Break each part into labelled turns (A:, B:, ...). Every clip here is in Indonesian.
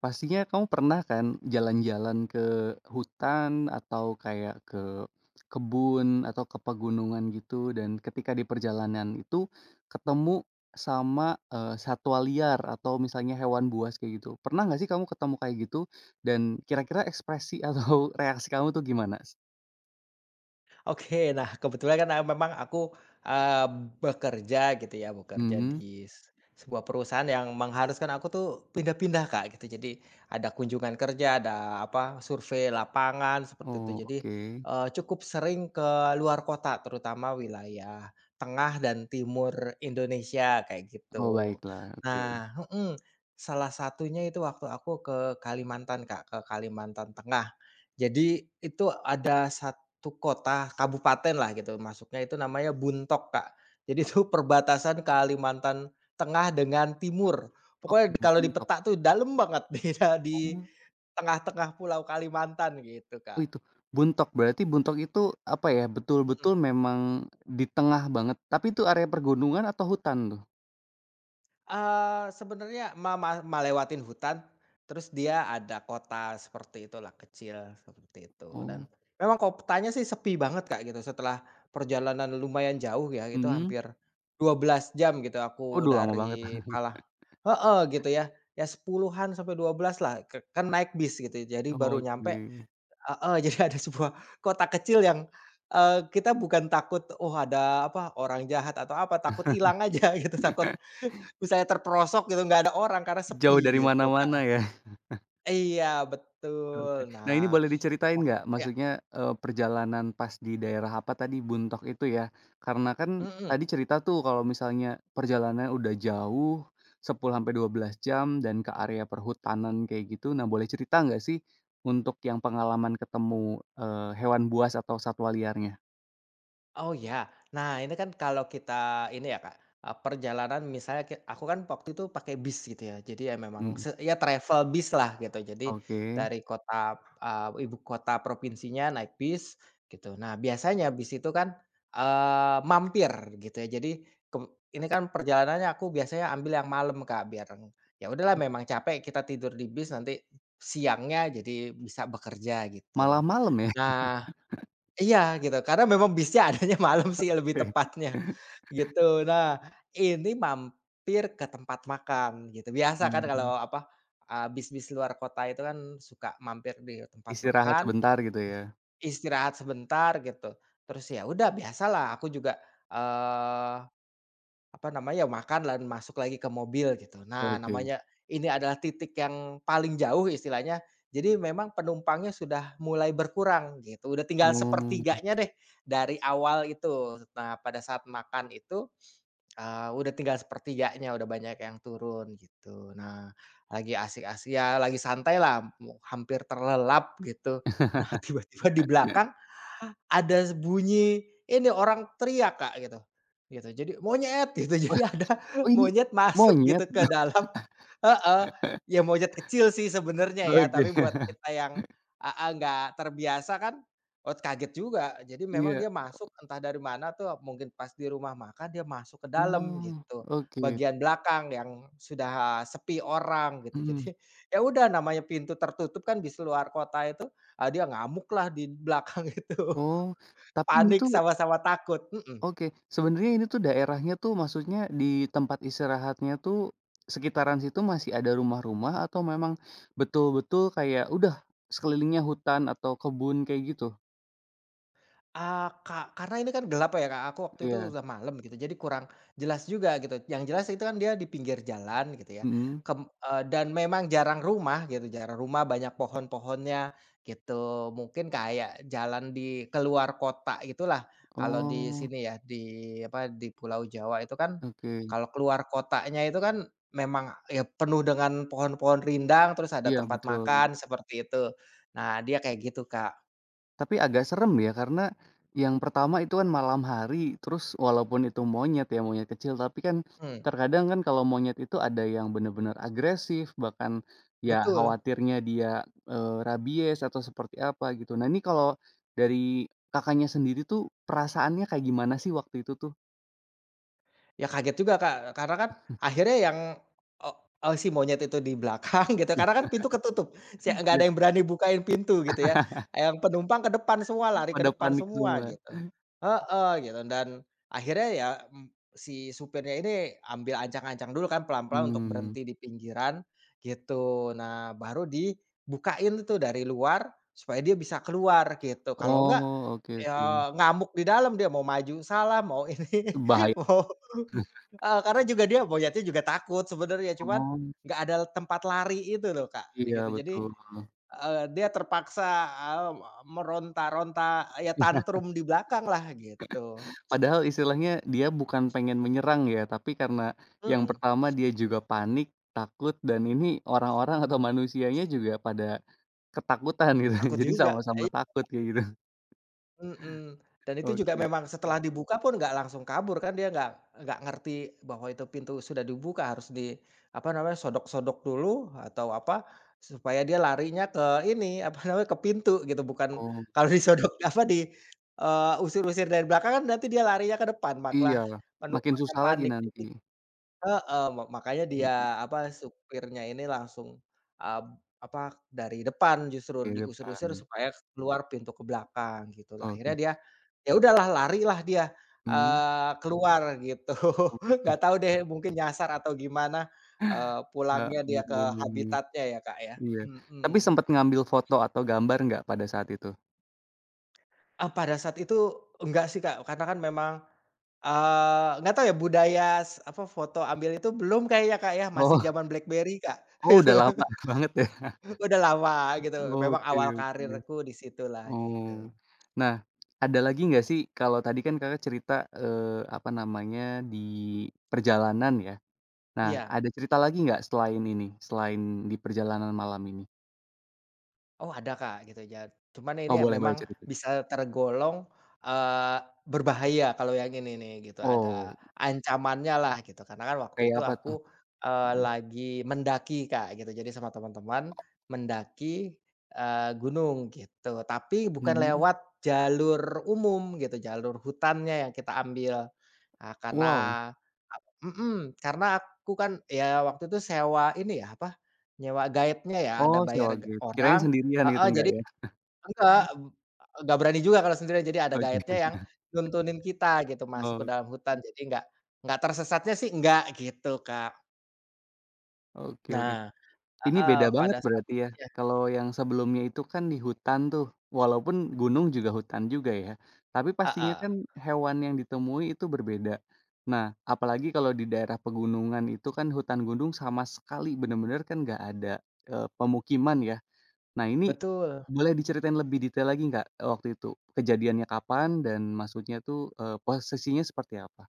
A: Pastinya kamu pernah kan jalan-jalan ke hutan atau kayak ke kebun atau ke pegunungan gitu dan ketika di perjalanan itu ketemu sama, satwa liar atau misalnya hewan buas kayak gitu. Pernah nggak sih kamu ketemu kayak gitu? Dan kira-kira ekspresi atau reaksi kamu tuh gimana?
B: Oke, nah kebetulan kan, memang aku, eee, bekerja gitu ya, bekerja
A: Hmm.
B: di sebuah perusahaan yang mengharuskan aku tuh pindah-pindah, Kak, gitu. Jadi ada kunjungan kerja, ada apa, survei lapangan seperti itu.
A: Oh,
B: Jadi,
A: oke.
B: cukup sering ke luar kota, terutama wilayah tengah dan timur Indonesia kayak
A: Oh,
B: gitu.
A: baiklah, oke.
B: Nah, salah satunya itu waktu aku ke Kalimantan, Kak, ke Kalimantan Tengah. Jadi itu ada itu kota, kabupaten lah gitu, masuknya itu namanya Buntok, Kak. Jadi itu perbatasan Kalimantan Tengah dengan Timur.
A: Oke,
B: Pokoknya kalau di
A: mentok.
B: peta tuh dalam banget di tengah-tengah pulau Kalimantan gitu, Kak.
A: Oh itu, buntok berarti, buntok itu apa ya,
B: Mhm.
A: betul-betul memang di tengah banget, tapi itu area pergunungan atau hutan tuh?
B: Sebenarnya mama melewatin hutan, terus dia ada kota seperti itulah, kecil seperti itu
A: Oh,
B: dan memang kotanya sih sepi banget, Kak, gitu setelah perjalanan lumayan jauh ya, itu
A: mhm.
B: hampir 12 jam gitu aku
A: Waduh lama banget.
B: dari Pala. Heeh, gitu ya. Ya sepuluhan sampai 12 lah, kan naik bis gitu ya, jadi baru nyampe,
A: Oke,
B: heeh. Jadi ada sebuah kota kecil yang, kita bukan takut, oh ada apa, orang jahat atau apa, takut hilang aja gitu, takut misalnya terperosok gitu, nggak ada orang karena sepi
A: jauh dari
B: gitu, Kak.
A: mana-mana ya?
B: Iya,
A: Oke.
B: betul.
A: Nah, ini
B: Nah,
A: boleh diceritain
B: wah
A: nggak?
B: iya,
A: Maksudnya, perjalanan pas di daerah apa tadi, Buntok itu ya? Karena kan
B: mhm.
A: tadi cerita tuh kalau misalnya perjalanan udah jauh, 10 sampai 12 jam dan ke area perhutanan kayak gitu. Nah, boleh cerita nggak sih untuk yang pengalaman ketemu, hewan buas atau satwa liarnya?
B: Oh ya, nah ini kan kalau kita ini ya Kak, perjalanan misalnya aku kan waktu itu pakai bis gitu ya, jadi ya memang
A: Mhm.
B: ya travel bis lah gitu. Jadi
A: Oke.
B: dari kota, ibu kota provinsinya naik bis gitu. Nah biasanya bis itu kan, mampir gitu ya. Jadi keb ini kan perjalanannya aku biasanya ambil yang malam Kak, biar ya udahlah memang capek kita tidur di bis nanti siangnya jadi bisa bekerja gitu.
A: Malah malam ya?
B: Nah, iya gitu, karena memang bisnya adanya malam sih lebih tepatnya, gitu. Nah, ini mampir ke tempat makan gitu, biasa kan
A: Mmm.
B: kalau apa, bis-bis luar kota itu kan suka mampir di tempat
A: Istirahat
B: makan,
A: sebentar gitu
B: ya,
A: ya?
B: istirahat sebentar gitu. Terus ya udah biasalah aku juga, eee apa namanya, ya makan dan masuk lagi ke mobil gitu. Nah,
A: Oke.
B: namanya ini adalah titik yang paling jauh istilahnya, jadi memang penumpangnya sudah mulai berkurang gitu, udah tinggal
A: Oh.
B: sepertiganya deh dari awal itu. Nah, pada saat makan itu, udah tinggal sepertiganya, udah banyak yang turun gitu. Nah, lagi asik-asik ya lagi santai lah, hampir terlelap gitu. Nah, tiba-tiba di belakang ada bunyi ini orang teriak, Kak, gitu. Gitu, jadi, "Monyet!" Gitu,
A: Wah,
B: jadi ada
A: oh ini
B: monyet masuk gitu
A: monyet?
B: ke dalam, heeh, ya monyet kecil sih sebenarnya ya, tapi
A: Oke.
B: buat kita yang, heeh, nggak terbiasa kan, oh kaget juga. Jadi memang
A: Iya.
B: dia masuk entah dari mana tuh, mungkin pas di rumah makan dia masuk ke dalam
A: Oh,
B: gitu,
A: oke,
B: bagian belakang yang sudah sepi orang gitu.
A: mhm.
B: Jadi, ya udah namanya pintu tertutup kan di luar kota itu, dia ngamuk lah di belakang itu.
A: Oh, tapi ini
B: Panik
A: tuh,
B: sama-sama takut, mhm.
A: oke, sebenarnya ini tuh daerahnya tuh maksudnya di tempat istirahatnya tuh sekitaran situ masih ada rumah-rumah atau memang betul-betul kayak udah sekelilingnya hutan atau kebun kayak gitu?
B: Ah, karena ini kan gelap ya, Kak, aku waktu itu
A: Iya,
B: udah malam gitu, jadi kurang jelas juga gitu. Yang jelas itu kan dia di pinggir jalan gitu ya,
A: mhm.
B: dan memang jarang rumah gitu, jarang rumah, banyak pohon-pohonnya gitu. Mungkin kayak jalan di keluar kota gitulah, kalau di
A: Oh,
B: sini ya, di apa, di Pulau Jawa itu kan
A: oke,
B: kalau keluar kotanya itu kan memang ya penuh dengan pohon-pohon rindang, terus ada
A: iya
B: tempat
A: betul.
B: makan seperti itu. Nah, dia kayak gitu, Kak.
A: Tapi agak serem ya, karena yang pertama itu kan malam hari, terus walaupun itu monyet ya, monyet kecil, tapi kan
B: Mmm,
A: terkadang kan kalau monyet itu ada yang benar-benar agresif, bahkan ya
B: betul.
A: khawatirnya dia, rabies atau seperti apa gitu. Nah, ini kalau dari Kakaknya sendiri tuh perasaannya kayak gimana sih waktu itu tuh?
B: Ya kaget juga, Kak, karena kan akhirnya yang o si monyet itu di belakang gitu, karena kan pintu ketutup, nggak
A: Ya,
B: ada yang berani bukain pintu gitu ya. Yang penumpang ke depan semua, lari ke
A: pada
B: depan
A: panik
B: semua
A: semua?
B: gitu. Heeh, gitu dan akhirnya ya, si supirnya ini ambil ancang-ancang dulu kan pelan-pelan untuk
A: Mmm.
B: berhenti di pinggiran gitu. Nah, baru dibukain tuh dari luar supaya dia bisa keluar gitu. Kalau enggak,
A: Oh, oke oke.
B: ya ngamuk di dalam dia, mau maju salah, mau ini,
A: Bahaya.
B: mau, heeh, karena juga dia monyetnya juga takut sebenarnya, cuman
A: Oh,
B: nggak ada tempat lari itu loh, Kak,
A: iya
B: gitu. Jadi,
A: betul.
B: dia terpaksa, meronta-ronta, ya tantrum di belakang lah gitu.
A: Padahal istilahnya dia bukan pengen menyerang ya, tapi karena yang
B: Mhm,
A: pertama dia juga panik, takut, dan ini orang-orang atau manusianya juga pada ketakutan gitu.
B: takut
A: Jadi
B: juga.
A: sama-sama
B: Iya.
A: takut kayak gitu.
B: Mhm, dan itu juga
A: Oke.
B: memang setelah dibuka pun nggak langsung kabur kan dia nggak ngerti bahwa itu pintu sudah dibuka, harus di apa namanya sodok-sodok dulu atau apa, supaya dia larinya ke ini apa namanya ke pintu gitu bukan
A: Oh,
B: kalau disodok apa di, usir-usir dari belakang kan nanti dia larinya ke depan
A: iya.
B: malah
A: Makin
B: penumpang yang
A: susah lagi
B: panik.
A: nanti.
B: Heeh, makanya
A: Iya,
B: dia, apa, supirnya ini langsung, apa, dari depan justru
A: di
B: diusir-usir
A: depan.
B: supaya keluar pintu ke belakang gitu. Lah akhirnya
A: Oke.
B: dia, ya udahlah lari lah dia,
A: Mmm,
B: keluar gitu. Nggak tahu deh mungkin nyasar atau gimana,
A: ya
B: pulangnya dia ke
A: ampun.
B: habitatnya ya, Kak, ya.
A: Iya. Tapi
B: Mhm.
A: sempat ngambil foto atau gambar nggak pada saat itu?
B: Ah, pada saat itu enggak sih, Kak, karena kan memang, nggak tahu ya budaya apa, foto ambil itu belum kayaknya, Kak, ya, masih
A: Oh,
B: zaman BlackBerry, Kak.
A: oh udah lama banget ya?
B: Udah lama gitu, memang
A: Oke
B: awal
A: oke.
B: karirku di situlah gitu.
A: Oh. Nah, ada lagi nggak sih kalau tadi kan Kakak cerita, eee, apa namanya, di perjalanan ya. Nah,
B: Iya,
A: ada cerita lagi nggak selain ini, selain di perjalanan malam ini?
B: oh ada Kak gitu ya, cuman
A: Oh,
B: ini ya
A: boleh boleh
B: memang
A: cerita.
B: bisa tergolong, eee, berbahaya kalau yang ini nih gitu, ada
A: Oh,
B: ancamannya lah gitu, karena kan waktu
A: kayak
B: itu
A: apa tuh?
B: aku,
A: Mhm,
B: lagi mendaki Kak gitu, jadi sama teman-teman mendaki, gunung gitu, tapi bukan
A: mhm.
B: lewat jalur umum gitu, jalur hutannya yang kita ambil. Ah, karena
A: Wow.
B: ak mhm, karena aku kan ya waktu itu sewa ini ya, apa, nyewa guide-nya ya, ada
A: Oh,
B: bayar
A: sewa gap. Kirain
B: orang,
A: sendirian gitu,
B: heeh,
A: enggak
B: jadi
A: ya?
B: enggak, nggak berani juga kalau sendirian, jadi ada
A: Oke.
B: guide-nya yang nuntunin kita gitu masuk ke
A: Oh,
B: dalam hutan, jadi nggak tersesatnya sih nggak gitu, Kak.
A: oke oke.
B: Nah,
A: Ini
B: heeh,
A: beda banget
B: pada saat,
A: berarti ya?
B: iya,
A: Kalau yang sebelumnya itu kan di hutan tuh, walaupun gunung juga hutan juga ya, tapi pastinya
B: heeh,
A: kan hewan yang ditemui itu berbeda. Nah, apalagi kalau di daerah pegunungan itu kan hutan gunung sama sekali bener-bener kan nggak ada, pemukiman ya. Nah ini,
B: betul.
A: boleh diceritain lebih detail lagi nggak, waktu itu? Kejadiannya kapan dan maksudnya tuh, posisinya seperti apa?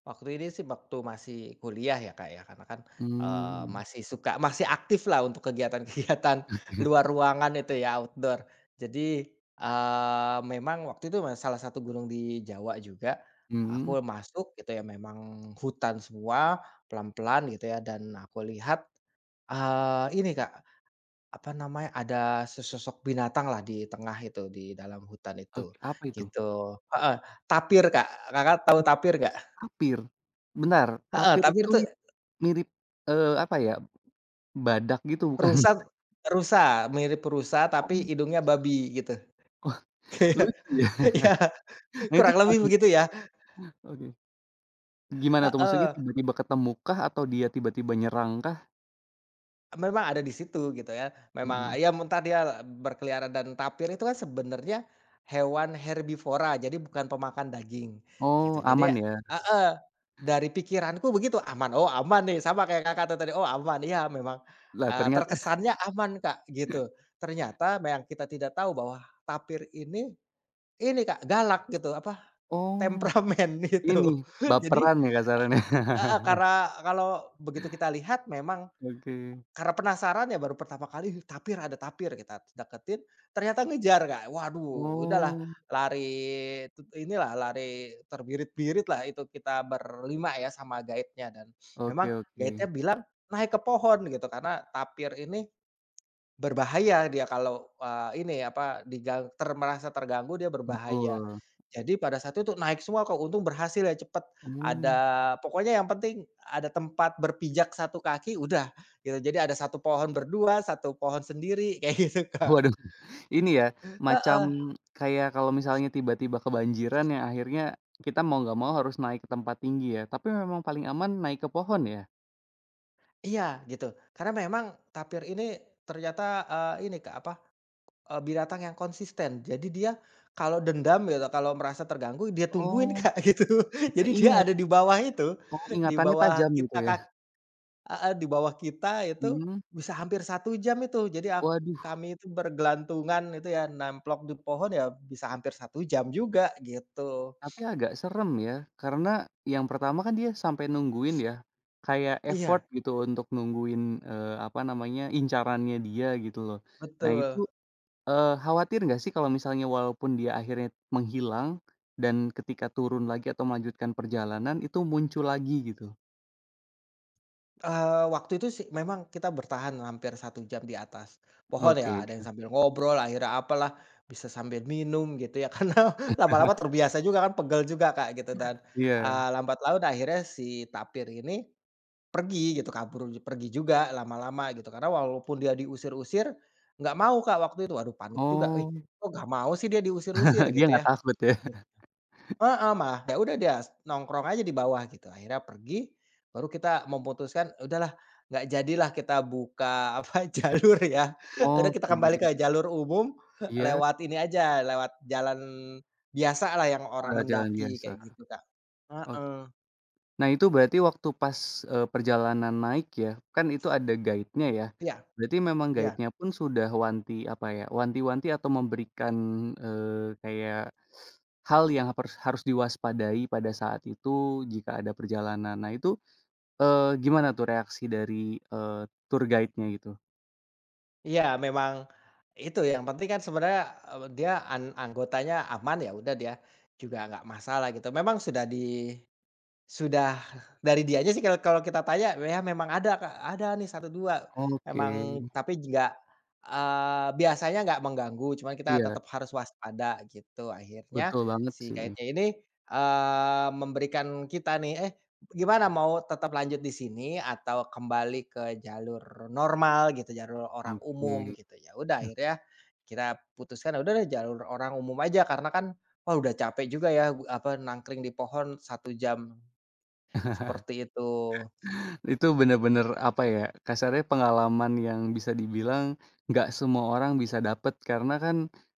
B: Waktu ini sih waktu masih kuliah ya, Kak, ya, karena kan,
A: Hmm.
B: masih suka masih aktif lah untuk kegiatan-kegiatan luar ruangan itu ya, outdoor. Jadi, memang waktu itu salah satu gunung di Jawa juga,
A: Hmm.
B: aku masuk gitu ya, memang hutan semua, pelan-pelan gitu ya, dan aku lihat, ini, Kak, apa namanya, ada sesosok binatang lah di tengah itu, di dalam hutan
A: Oke,
B: itu,
A: apa itu?
B: gitu. Heeh, tapir, Kak. Kakak tahu
A: Oh,
B: tapir nggak?
A: tapir? Bentar,
B: Heeh,
A: tapir
B: tapir
A: itu
B: tuh
A: mirip, apa ya, badak gitu bukan?
B: rusa, rusa, mirip rusa tapi
A: Oh.
B: hidungnya babi gitu.
A: Wah,
B: Kayak,
A: lucu ya.
B: ya
A: Nah itu
B: kurang
A: gimana
B: lebih begitu
A: tuh?
B: ya,
A: Oke. Gimana tuh maksudnya
B: heeh.
A: tiba-tiba ketemukah atau dia tiba-tiba nyerangkah?
B: Memang ada di situ gitu ya,
A: Mhm.
B: memang ya entah dia berkeliaran dan tapir itu kan sebenarnya hewan herbivora, jadi bukan pemakan daging gitu.
A: Oh
B: Jadi
A: aman
B: ya,
A: ya?
B: heeh, dari pikiranku begitu, aman, oh aman nih, sama kayak Kakak tuh tadi, oh aman, iya memang,
A: Lah ternyata
B: terkesannya aman Kak gitu. Ternyata yang kita tidak tahu bahwa tapir ini Kak, galak gitu, apa,
A: oh
B: temperamen itu.
A: ini
B: Jadi,
A: baperan ya kasarannya?
B: heeh, karena kalau begitu kita lihat memang
A: Oke.
B: karena penasaran ya baru pertama kali, "Ih, tapir, ada tapir, kita deketin," ternyata ngejar Kak. Waduh udahlah
A: Oh,
B: lari, inilah lari terbirit birit lah itu kita berlima ya sama guide-nya dan memang
A: oke oke.
B: guide-nya bilang naik ke pohon gitu karena tapir ini berbahaya dia kalau, ini apa, digang ter merasa terganggu dia berbahaya.
A: Betul.
B: Jadi pada saat itu naik semua kok, untung berhasil ya cepet. Ada
A: Mmm.
B: pokoknya yang penting ada tempat berpijak satu kaki udah gitu. Jadi ada satu pohon berdua, satu pohon sendiri kayak gitu, Kak.
A: Waduh, ini ya, macam
B: Heeh,
A: kayak kalau misalnya tiba-tiba kebanjiran yang akhirnya kita mau nggak mau harus naik ke tempat tinggi ya, tapi memang paling aman naik ke pohon ya?
B: iya gitu. Karena memang tapir ini ternyata, ini Kak, apa, binatang yang konsisten. Jadi dia kalau dendam gitu, kalau merasa terganggu dia tungguin,
A: Oh,
B: Kak, gitu.
A: dia
B: Jadi dia
A: ingat,
B: ada di bawah itu,
A: oh
B: di
A: ingatannya
B: bawah
A: tajam
B: kita
A: gitu ya?
B: Kak, heeh, di bawah kita itu
A: Mmm,
B: bisa hampir 1 jam itu. Jadi
A: waduh,
B: kami itu bergelantungan itu ya, nemplok di pohon ya bisa hampir 1 jam juga gitu.
A: tapi agak serem ya, karena yang pertama kan dia sampai nungguin ya, kayak effort
B: Iya,
A: gitu untuk nungguin, apa namanya, incarannya dia gitu loh. Nah itu,
B: betul.
A: Khawatir nggak sih kalau misalnya walaupun dia akhirnya menghilang, dan ketika turun lagi atau melanjutkan perjalanan itu muncul lagi gitu?
B: Waktu itu sih memang kita bertahan hampir 1 jam di atas pohon ya,
A: Oke,
B: ada yang sambil ngobrol, akhirnya apalah, bisa sambil minum gitu ya, karena lama-lama terbiasa juga kan, pegel juga, Kak, gitu dan,
A: iya.
B: lambat laun akhirnya si tapir ini pergi gitu, kabur pergi juga lama-lama gitu, karena walaupun dia diusir-usir, nggak mau, Kak, waktu itu. Waduh panik juga, "Ih,
A: Oh,
B: kok nggak mau sih dia diusir-usir?"
A: dia
B: gitu
A: nggak
B: ya.
A: takut ya?
B: Heeh, malah ya udah dia nongkrong aja di bawah gitu. Akhirnya pergi, baru kita memutuskan udahlah nggak jadilah kita buka apa, jalur ya. Udah kita
A: Oke,
B: kembali ke jalur umum
A: iya?
B: lewat ini aja, lewat jalan biasa lah yang orang
A: Oh, jalan
B: mendaki
A: biasa.
B: kayak gitu, Kak.
A: Ok.
B: Heeh.
A: Nah itu berarti waktu pas, perjalanan naik ya, kan itu ada guide-nya ya,
B: Iya,
A: berarti memang
B: iya.
A: guide-nya pun sudah wanti apa ya, wanti-wanti atau memberikan, eee, kayak hal yang hapers harus diwaspadai pada saat itu jika ada perjalanan. Nah itu, gimana tuh reaksi dari, eee, tour guide-nya gitu?
B: Iya memang itu yang penting kan sebenarnya, dia anggotanya aman, ya udah dia juga nggak masalah gitu. Memang sudah di. Sudah dari dianya sih kalau kalau kita tanya, ya memang ada Kak, ada nih satu dua.
A: Oke.
B: Emang tapi nggak, biasanya nggak mengganggu, cuman kita
A: Iya,
B: tetap harus waspada gitu. Akhirnya
A: betul banget
B: si
A: sih.
B: guide-nya ini, memberikan kita nih, "Eh, gimana, mau tetap lanjut di sini atau kembali ke jalur normal gitu, jalur orang umum?"
A: Oke.
B: gitu. Ya udah akhirnya kita putuskan, "Ya udah deh jalur orang umum aja," karena kan, wah udah capek juga ya, apa, nangkring di pohon 1 jam. Seperti itu.
A: Itu bener-bener, apa ya, kasarnya pengalaman yang bisa dibilang nggak semua orang bisa dapet, karena kan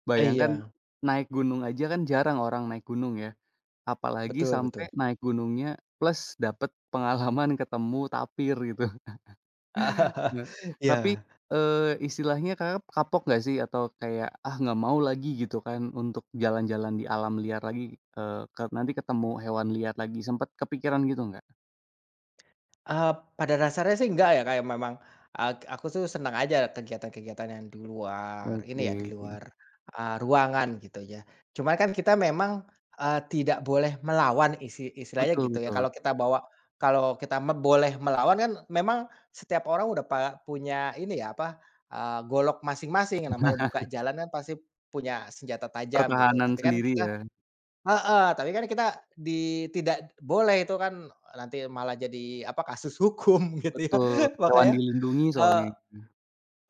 A: bayangkan
B: Iya,
A: naik gunung aja kan jarang orang naik gunung ya, apalagi
B: betul,
A: sampai
B: betul.
A: naik gunungnya plus dapet pengalaman ketemu tapir gitu. Nah, tapi,
B: Iya,
A: istilahnya Kakak kapok nggak sih atau kayak, "Ah, nggak mau lagi," gitu kan, untuk jalan-jalan di alam liar lagi, ke nanti ketemu hewan liar lagi, sempat kepikiran gitu nggak?
B: eee, pada dasarnya sih enggak ya, kayak memang, aku tuh senang aja kegiatan-kegiatan yang di luar ini
A: Oke,
B: ya, di luar, ruangan gitu ya. Cuman kan kita memang, tidak boleh melawan istilahnya
A: betul
B: gitu ya,
A: betul.
B: kalau kita bawa kalau kita boleh melawan kan memang setiap orang udah punya ini ya, apa, golok masing-masing, yang namanya buka jalan kan pasti punya senjata tajam gitu.
A: Pertahanan
B: Tapi kan
A: sendiri
B: kita
A: ya,
B: Heeh, tapi kan kita tidak boleh itu kan nanti malah jadi apa, kasus hukum gitu ya.
A: betul, hewan
B: Makanya
A: dilindungi
B: eee,
A: soalnya,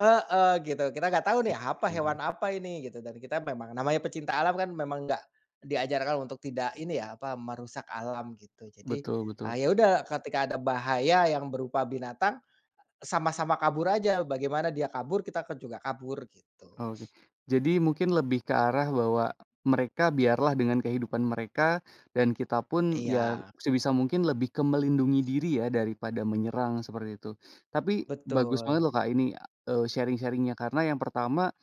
B: heeh, gitu. Kita nggak tahu nih apa, hewan
A: mhm,
B: apa ini gitu dan kita memang namanya pecinta alam kan memang nggak diajarkan untuk tidak ini ya, apa, merusak alam gitu. Jadi,
A: betul betul,
B: ya udah ketika ada bahaya yang berupa binatang, sama-sama kabur aja, bagaimana dia kabur, kita kan juga kabur gitu.
A: oke. Jadi mungkin lebih ke arah bahwa mereka biarlah dengan kehidupan mereka dan kita pun ya
B: Iya,
A: sebisa mungkin lebih ke melindungi diri ya daripada menyerang seperti itu. Tapi bagus banget
B: betul.
A: loh Kak ini, sharing-sharing-nya karena yang pertama,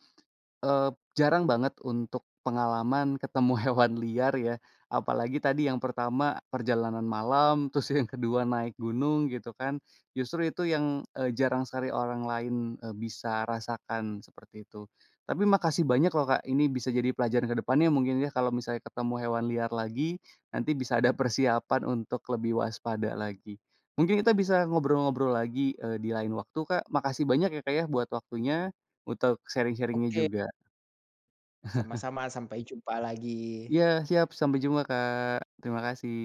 A: Jarang banget untuk pengalaman ketemu hewan liar ya, apalagi tadi yang pertama perjalanan malam, terus yang kedua naik gunung gitu kan, justru itu yang, jarang sekali orang lain, bisa rasakan seperti itu. Tapi makasih banyak loh Kak, ini bisa jadi pelajaran ke depannya mungkin ya kalau misalnya ketemu hewan liar lagi, nanti bisa ada persiapan untuk lebih waspada lagi. Mungkin kita bisa ngobrol-ngobrol lagi, di lain waktu Kak, makasih banyak ya Kak ya buat waktunya, untuk sharing sharingnya
B: Oke,
A: juga.
B: sama-sama, sampai jumpa lagi.
A: Iya siap, sampai jumpa Kak. Terima kasih.